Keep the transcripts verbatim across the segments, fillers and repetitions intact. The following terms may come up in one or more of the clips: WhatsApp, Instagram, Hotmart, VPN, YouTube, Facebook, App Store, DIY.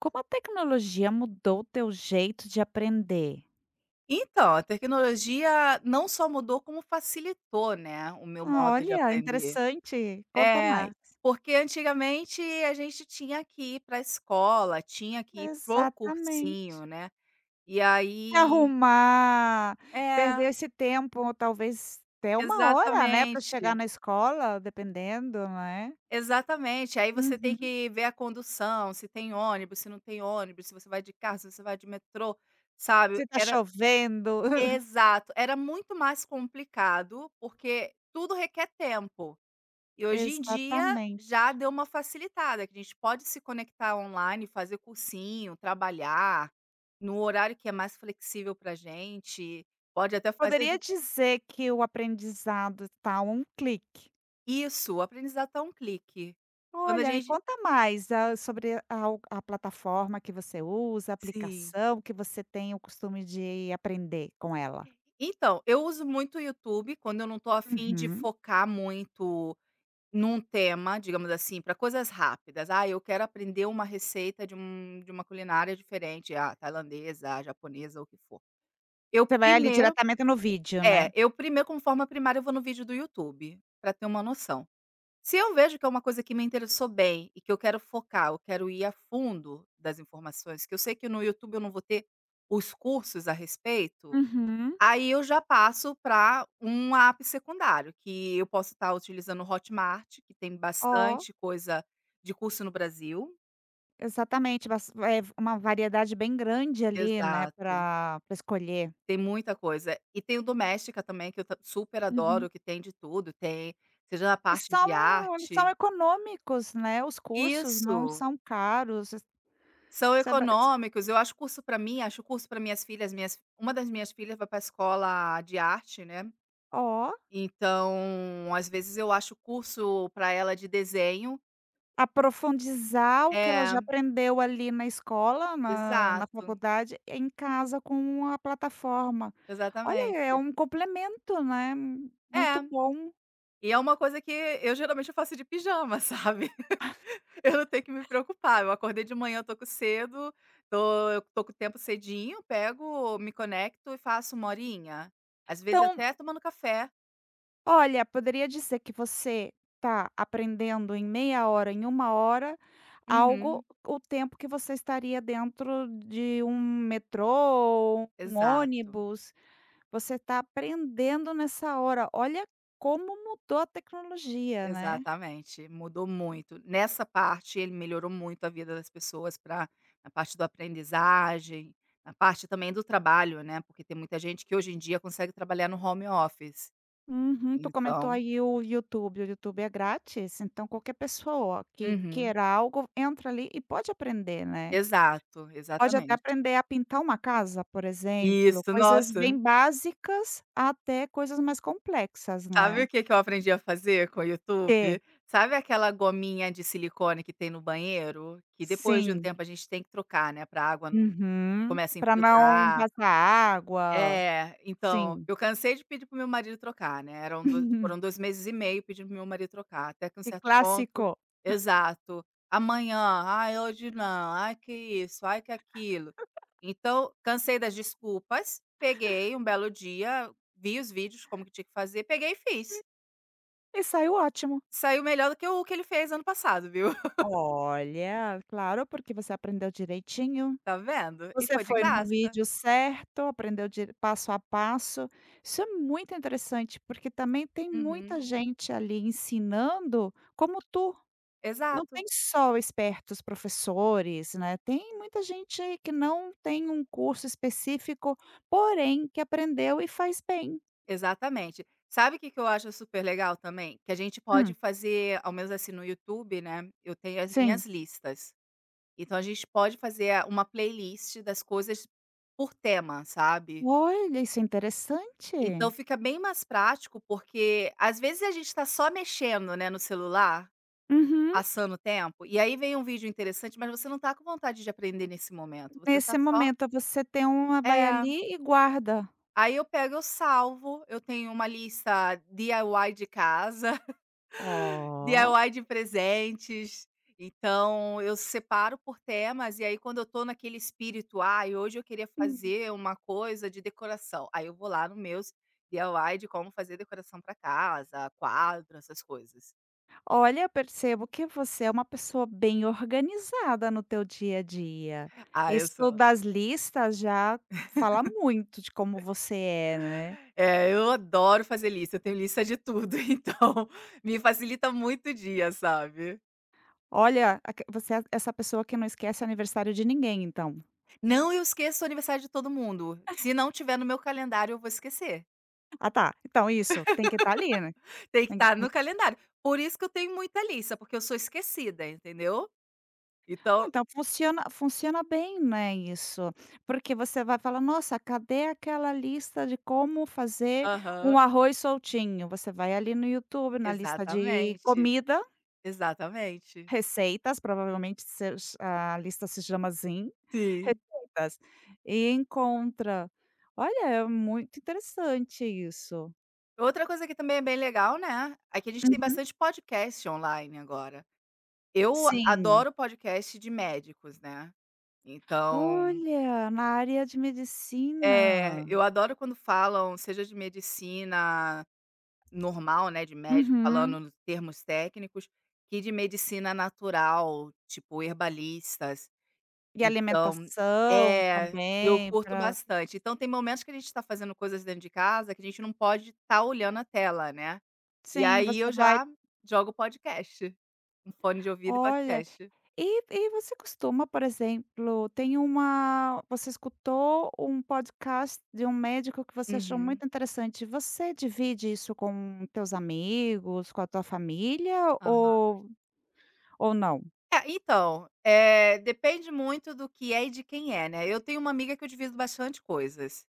Como a tecnologia mudou o teu jeito de aprender? Então, a tecnologia não só mudou, como facilitou, né, o meu modo de Olha, aprender. interessante. Conta É, mais. porque antigamente a gente tinha que ir para a escola, tinha que ir para Exatamente. cursinho, né, e aí. Arrumar, É, perder esse tempo, talvez até uma hora, né, para chegar exatamente, na escola, dependendo, né. exatamente. Aí você tem Uhum. que ver a condução, se tem ônibus, se não tem ônibus, se você vai de carro, se você vai de metrô, sabe. Se tá Era chovendo. Exato, era muito mais complicado, porque tudo requer tempo. E hoje em dia já Exatamente. deu uma facilitada, que a gente pode se conectar online, fazer cursinho, trabalhar no horário que é mais flexível pra gente, pode até fazer de Poderia dizer que o aprendizado está a um clique. isso, o aprendizado tá um clique. Quando a Olha, me gente conta mais, ah, sobre a a plataforma que você usa, a Sim. aplicação que você tem o costume de aprender com ela. Então, eu uso muito o YouTube quando eu não tô afim de Uhum. focar muito num tema, digamos assim, para coisas rápidas. "Ah, eu quero aprender uma receita de um de uma culinária diferente", ah, tailandesa, japonesa, o que for. Eu Você vai ali primeiro diretamente no vídeo, né? É, eu primeiro como forma primária eu vou no vídeo do YouTube, pra ter uma noção. Se eu vejo que é uma coisa que me interessou bem e que eu quero focar, eu quero ir a fundo das informações, que eu sei que no YouTube eu não vou ter os cursos a respeito, Uhum. aí eu já passo para um app secundário, que eu posso estar utilizando o Hotmart, que tem Ó, bastante coisa de curso no Brasil. exatamente, bas eh, uma variedade bem grande ali, né, Exato, para escolher. tem muita coisa. E tem o doméstica também que eu ta super adoro, Uhum. que tem de tudo, tem, seja na E parte são de eles são arte. econômicos, né, os cursos não Isso, são caros. são Você vai econômicos. Eu acho curso para mim, acho curso para minhas filhas, minhas uma das minhas filhas vai pra escola de arte, né, ó. então às vezes eu acho curso para ela de desenho. A profundizar o que ela É, já aprendeu ali na escola, na na exato, faculdade, em casa com a plataforma. Olha, é exatamente. um complemento, né, muito É, bom. e é uma coisa que eu geralmente eu faço de pijama, sabe, eu não tenho que me preocupar, eu acordei de manhã, eu tô com cedo, tô eu tô com o tempo cedinho, pego, me conecto e faço uma horinha, às vezes Então, até tomando café. olha, poderia dizer que você está aprendendo em meia hora, em uma hora, Uhum. algo o tempo que você estaria dentro de um metrô, um Exato, ônibus, você está aprendendo nessa hora. Olha como mudou a tecnologia, né? exatamente, mudou muito. Nessa parte ele melhorou muito a vida das pessoas pra na parte do aprendizagem, na parte também do trabalho, né, porque tem muita gente que hoje em dia consegue trabalhar no home office, Uhum. Tu comentou então aí o YouTube, o YouTube é grátis, então qualquer pessoa que Uhum. queira algo, entra ali e pode aprender, né. Exato, Pode até exatamente. aprender a pintar uma casa, por exemplo, Isso, coisas nossa, bem básicas até coisas mais complexas, sabe né. o que que eu aprendi a fazer com o YouTube? É, Sabe aquela gominha de silicone que tem no banheiro? Que depois de um sim. tempo a gente tem que trocar, né, pra água não Uhum. começa a Pra não infiltrar. passar água, É, então, sim. eu cansei de pedir para o meu marido trocar, né, eram do foram dois meses e meio pedindo para o meu marido trocar, até que um Que certo ponto. clássico. Exato. "Amanhã", "Ai, hoje não", "Ai, que isso", "Ai, que aquilo". Então, cansei das desculpas, peguei um belo dia, vi os vídeos como que tinha que fazer, peguei e fiz. E saiu ótimo. Saiu melhor do que o que ele fez ano passado, viu. Olha, claro, porque você aprendeu direitinho. Tá vendo? E Você foi de foi no graça. vídeo certo, aprendeu de passo a passo. Isso é muito interessante, porque também tem muita Uhum. gente ali ensinando como tu. Não tem Exato. só espertos professores, né, tem muita gente que não tem um curso específico, porém que aprendeu e faz bem. Exatamente. Sabe o que que eu acho super legal também? Que a gente pode Hum, fazer, ao menos assim no YouTube, né, eu tenho as sim. minhas listas. Então a gente pode fazer a uma playlist das coisas por tema, sabe. Olha, isso é interessante. Então fica bem mais prático, porque às vezes a gente está só mexendo, né, no celular, Uhum. passando o tempo, e aí vem um vídeo interessante, mas você não tá com vontade de aprender nesse momento, você tá Nesse só. momento você tem uma vai É. ali e guarda. Aí eu pego, eu salvo, eu tenho uma lista D I Y de casa. Ó. D I Y de presentes. Então, eu separo por temas, e aí quando eu tô naquele espírito, ah, e hoje eu queria fazer uma coisa de decoração. Aí eu vou lá no meus D I Y de como fazer decoração para casa, quadro, essas coisas. Olha, eu percebo que você é uma pessoa bem organizada no teu dia a dia. Ah, eu sou. Isso das listas já fala muito de como você é, né. É, eu adoro fazer lista, eu tenho lista de tudo, então me facilita muito o dia, sabe. Olha, aque você é essa pessoa que não esquece aniversário de ninguém, então. Não, eu esqueço o aniversário de todo mundo. Se não tiver no meu calendário, eu vou esquecer. Ah, tá. Então isso, tem que estar ali, né. Tem que Tem estar no calendário. Por isso que eu tenho muita lista, porque eu sou esquecida, entendeu? não, Então então funciona funciona bem, né, isso. Porque você vai falar: "Nossa, cadê aquela lista de como fazer aham, um arroz soltinho?". Você vai ali no YouTube, na lista de exatamente, comida exatamente. receitas, provavelmente sej a lista se chama assim, Sim. receitas, e encontra. Olha, é muito interessante isso. Outra coisa que também é bem legal, né, é que a gente tem Uhum. bastante podcast online agora. Eu Sim. adoro podcast de médicos, né, então Olha, na área de é, medicina. eu adoro quando falam, seja de medicina normal, né, de médico Uhum. falando nos termos técnicos, que de medicina natural, tipo herbalista. E Então alimentação é, eu também curto para bastante. Então tem momentos que a gente está fazendo coisas dentro de casa que a gente não pode estar olhando a tela, né. E sim, aí você eu vai já jogo podcast, um fone de ouvido e olha podcast. E e você costuma, por exemplo, tem uma você escutou um podcast de um médico que você achou Uhum. muito interessante, você divide isso com teus amigos, com a tua família Aham. ou ou não? É, então, eh, depende muito do que é e de quem é, né. Eu tenho uma amiga que eu divido bastante coisas,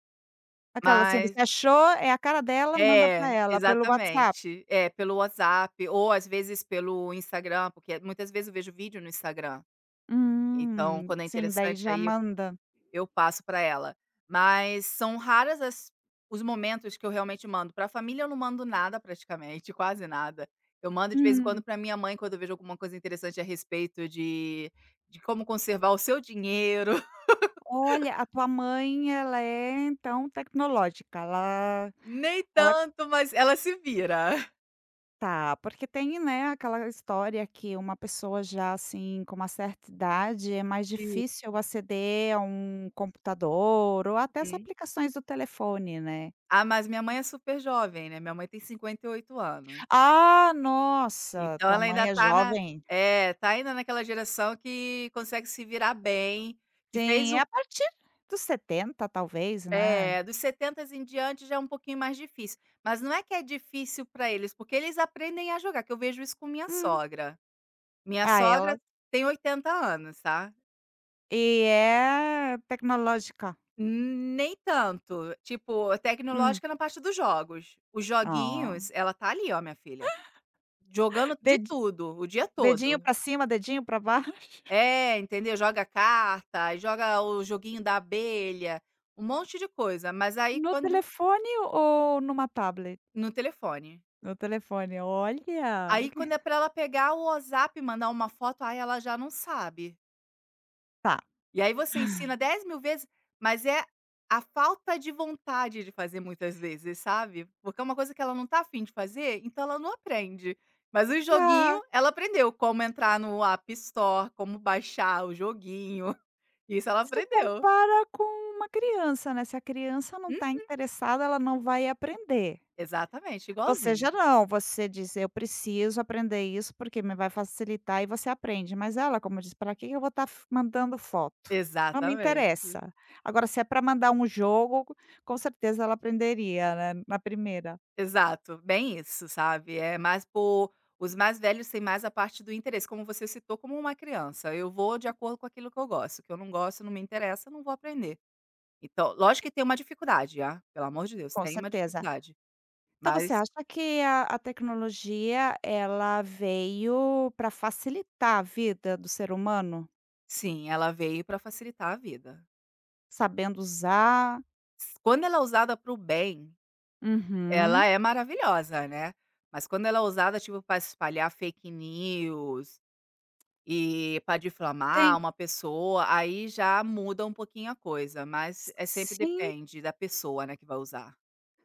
Aquela assim, mas. você achou, é a cara dela, manda para É, ela pelo WhatsApp. exatamente. É, pelo WhatsApp ou às vezes pelo Instagram, porque muitas vezes eu vejo vídeo no Instagram, então Hum, quando é sim, daí interessante já aí. manda. Eu passo para ela. Mas são raras as os momentos que eu realmente mando. Para a família eu não mando nada praticamente, quase nada. Eu mando de vez em quando Hum, para minha mãe quando eu vejo alguma coisa interessante a respeito de de como conservar o seu dinheiro. olha, a tua mãe ela é então tecnológica, ela Nem ela tanto, mas ela se vira. tá, porque tem, né, aquela história que uma pessoa já, assim, com uma certa idade é mais Sim. difícil aceder a um computador ou até as Uhum. aplicações do telefone, né. Ah, mas minha mãe é super jovem, né, minha mãe tem cinquenta e oito anos. Ah, nossa, Então tua ela ainda mãe é tá na. jovem. É, tá ainda naquela geração que consegue se virar bem, que fez. Sim, é a partir dos setenta talvez, né. É, dos setenta em diante já é um pouquinho mais difícil, mas não é que é difícil para eles, porque eles aprendem a jogar, que eu vejo isso com minha Hum. sogra. Minha Ah, ela sogra tem oitenta anos, tá. e é tecnológica. Nem tanto, tipo, Hum. tecnológica na parte dos jogos. Os Ah. joguinhos, ela tá ali, ó, minha filha, jogando de Dedi tudo, o dia dedinho todo. pra cima, dedinho pra baixo. É, entendeu? Joga carta, aí joga o joguinho da abelha, um monte de coisa, mas aí No quando. telefone ou numa tablet? No telefone. No telefone, olha. Aí quando é pra ela pegar o WhatsApp e mandar uma foto, aí ela já não sabe. Tá. E aí você ensina dez mil vezes, mas é a falta de vontade de fazer muitas vezes, sabe. Porque é uma coisa que ela não tá afim de fazer, então ela não aprende. Mas o Tá, joguinho, ela aprendeu como entrar no App Store, como baixar o joguinho, isso ela se aprendeu. compara com uma criança, né, se a criança não Hum, está interessada, ela não vai aprender. exatamente, Você igualzinho. já não, você diz: "Eu preciso aprender isso, porque me vai facilitar", e você aprende, mas ela, como diz: para que eu vou estar mandando foto? Não me Exatamente. interessa". Agora se é para mandar um jogo, com certeza ela aprenderia, né, na primeira, Exato, bem isso, sabe. É mais por Os mais velhos têm mais a parte do interesse, como você citou, como uma criança. Eu vou de acordo com aquilo que eu gosto, o que eu não gosto, não me interessa, não vou aprender. Então, lógico que tem uma dificuldade, ah, pelo amor de Deus, com tem uma certeza. dificuldade, Então você mas acha que a a tecnologia ela veio para facilitar a vida do ser humano, sim, ela veio para facilitar a vida. sabendo usar? S Quando ela é usada para o bem, ela Uhum. é maravilhosa, né, mas quando ela é usada, tipo, para espalhar fake news, e pra difamar Tem uma pessoa, aí já muda um pouquinho a coisa, mas é sempre sim, depende da pessoa, né, que vai usar.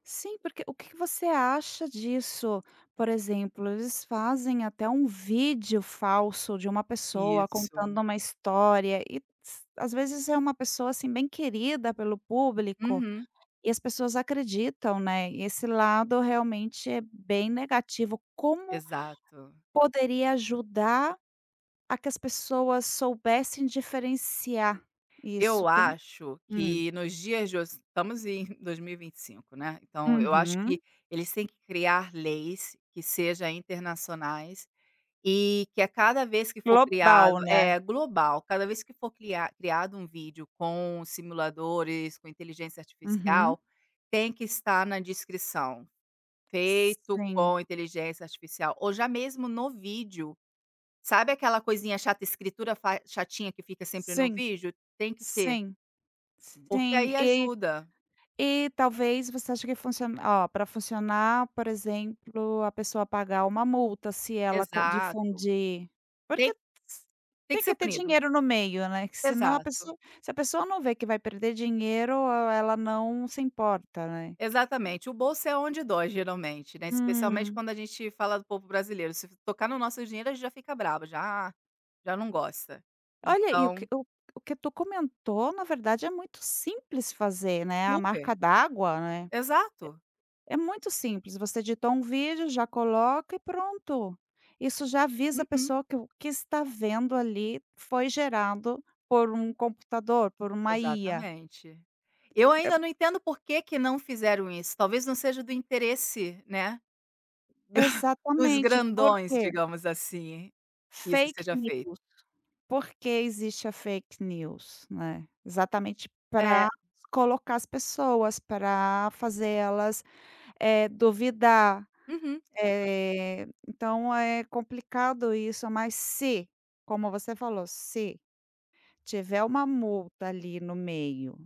sim, porque o que que você acha disso? Por exemplo, eles fazem até um vídeo falso de uma pessoa Isso. contando uma história e s às vezes é uma pessoa, assim, bem querida pelo público Uhum, e as pessoas acreditam, né, e esse lado realmente é bem negativo. Como exato. poderia ajudar a que as pessoas soubessem diferenciar isso, Eu tem acho hum, que nos dias de hoje estamos em dois mil e vinte e cinco, né, então eu acho que uhum, eles têm que criar leis que sejam internacionais. E que a cada vez que for global, criado é, né. global, cada vez que for criar criado um vídeo com simuladores, com inteligência Uhum. artificial, tem que estar na descrição, feito Sim, com inteligência artificial, ou já mesmo no vídeo, sabe aquela coisinha chata, escritura fa chatinha que fica sempre no sim, vídeo? Tem que ter, sim, porque sim, aí e ajuda. e talvez você acha que funcion ó, pra funcionar, por exemplo, a pessoa pagar uma multa se ela co Exato. difundir, porque Tem s tem tem que ser que ter punido. dinheiro no meio, né, que senão a Exato. pessoa se a pessoa não vê que vai perder dinheiro, ela não se importa, né. Exatamente, o bolso é onde dói geralmente, né, especialmente Hum. quando a gente fala do povo brasileiro, se tocar no nosso dinheiro a gente já fica brava, já já não gosta. Olha, e o que Então o o que tu comentou, na verdade, é muito simples fazer, né, a Super, marca d'água, né, exato, é muito simples, você editou um vídeo, já coloca e pronto. Isso já avisa a uhum, pessoa que o que está vendo ali foi gerado por um computador, por uma I A. exatamente. Eu ainda não entendo por que que não fizeram isso, talvez não seja do interesse, né, dos Exatamente, por grandões, quê? digamos assim, que isso Fake seja feito. news. Por que existe a fake news, né? Exatamente É, para colocar as pessoas, para fazer elas Eh, duvidar, uhum, eh, então é complicado isso, mas se, como você falou, se tiver uma multa ali no meio,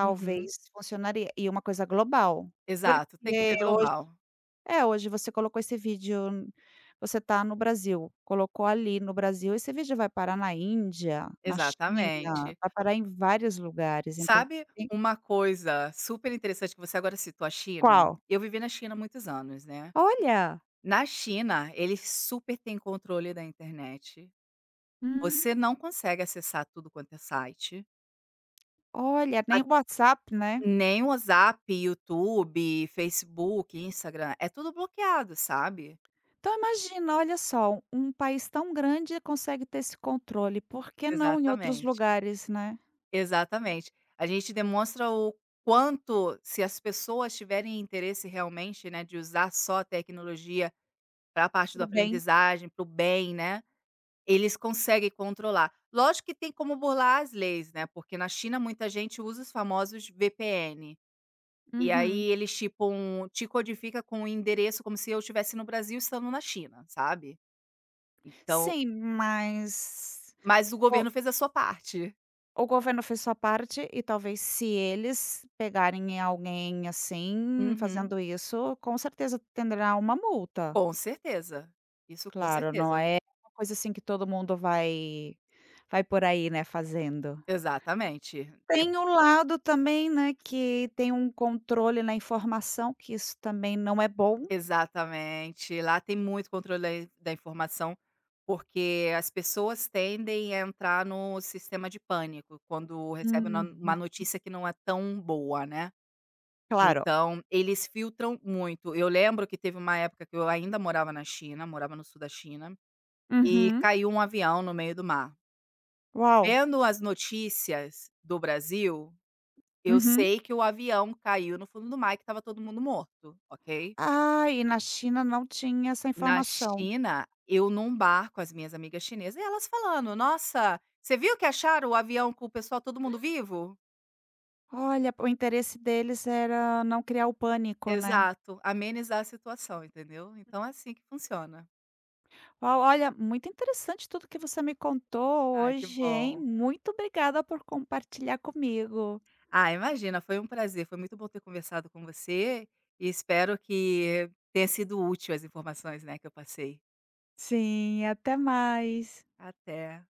uhum, funcionaria, e uma coisa global, porque exato, tem que ser hoje global, é, hoje você colocou esse vídeo n- você está no Brasil, colocou ali no Brasil, esse vídeo vai parar na Índia, na China, exatamente. vai parar em vários lugares, então Sabe tem uma coisa super interessante que você agora citou a China? qual? Eu vivi na China há muitos anos, né. Olha! Na China, eles super têm controle da internet. Hum. Você não consegue acessar tudo quanto é site, Olha, a nem o WhatsApp, né? nem o WhatsApp, YouTube, Facebook, Instagram, é tudo bloqueado, sabe. Então imagina, olha só, um país tão grande consegue ter esse controle, por que não em outros Exatamente, lugares, né? exatamente. A gente demonstra o quanto se as pessoas tiverem interesse realmente, né, de usar só a tecnologia para a parte do Pro bem. aprendizagem, para o bem, né, eles conseguem controlar. Lógico que tem como burlar as leis, né, porque na China muita gente usa os famosos V P N, e aí Uhum. eles chipam te codifica com o endereço como se eu estivesse no Brasil estando na China, sabe. Então Sim, mas mas o o governo fez a sua parte. o governo fez sua parte e talvez se eles pegarem alguém assim, Uhum. fazendo isso, com certeza terá uma multa. Com certeza. Isso com Claro, não certeza. é uma coisa assim que todo mundo vai vai por aí, né, fazendo. Exatamente. Tem o lado também, né, que tem um controle na informação, que isso também não é bom. Exatamente. Lá tem muito controle da in da informação, porque as pessoas tendem a entrar no sistema de pânico, quando recebem uma uma Uhum. notícia que não é tão boa, né. Claro. Então, eles filtram muito. Eu lembro que teve uma época que eu ainda morava na China, morava no sul da China, e Uhum. caiu um avião no meio do mar. Uau. Vendo as notícias do Brasil, eu Uhum. sei que o avião caiu no fundo do mar e que estava todo mundo morto, ok? Ah, e na China não tinha essa Na informação. China, eu num bar com as minhas amigas chinesas e elas falando: "Nossa, você viu que acharam o avião com o pessoal todo mundo vivo?" Olha, o interesse deles era não criar o pânico, né. Exato, amenizar a situação, entendeu? Então é assim que funciona. Uau, olha, muito interessante tudo que você me contou Ai, que hoje, hein. bom. Muito obrigada por compartilhar comigo. Ah, imagina, foi um prazer, foi muito bom ter conversado com você e espero que tenha sido útil as informações, né, que eu passei. Sim, até mais. Até.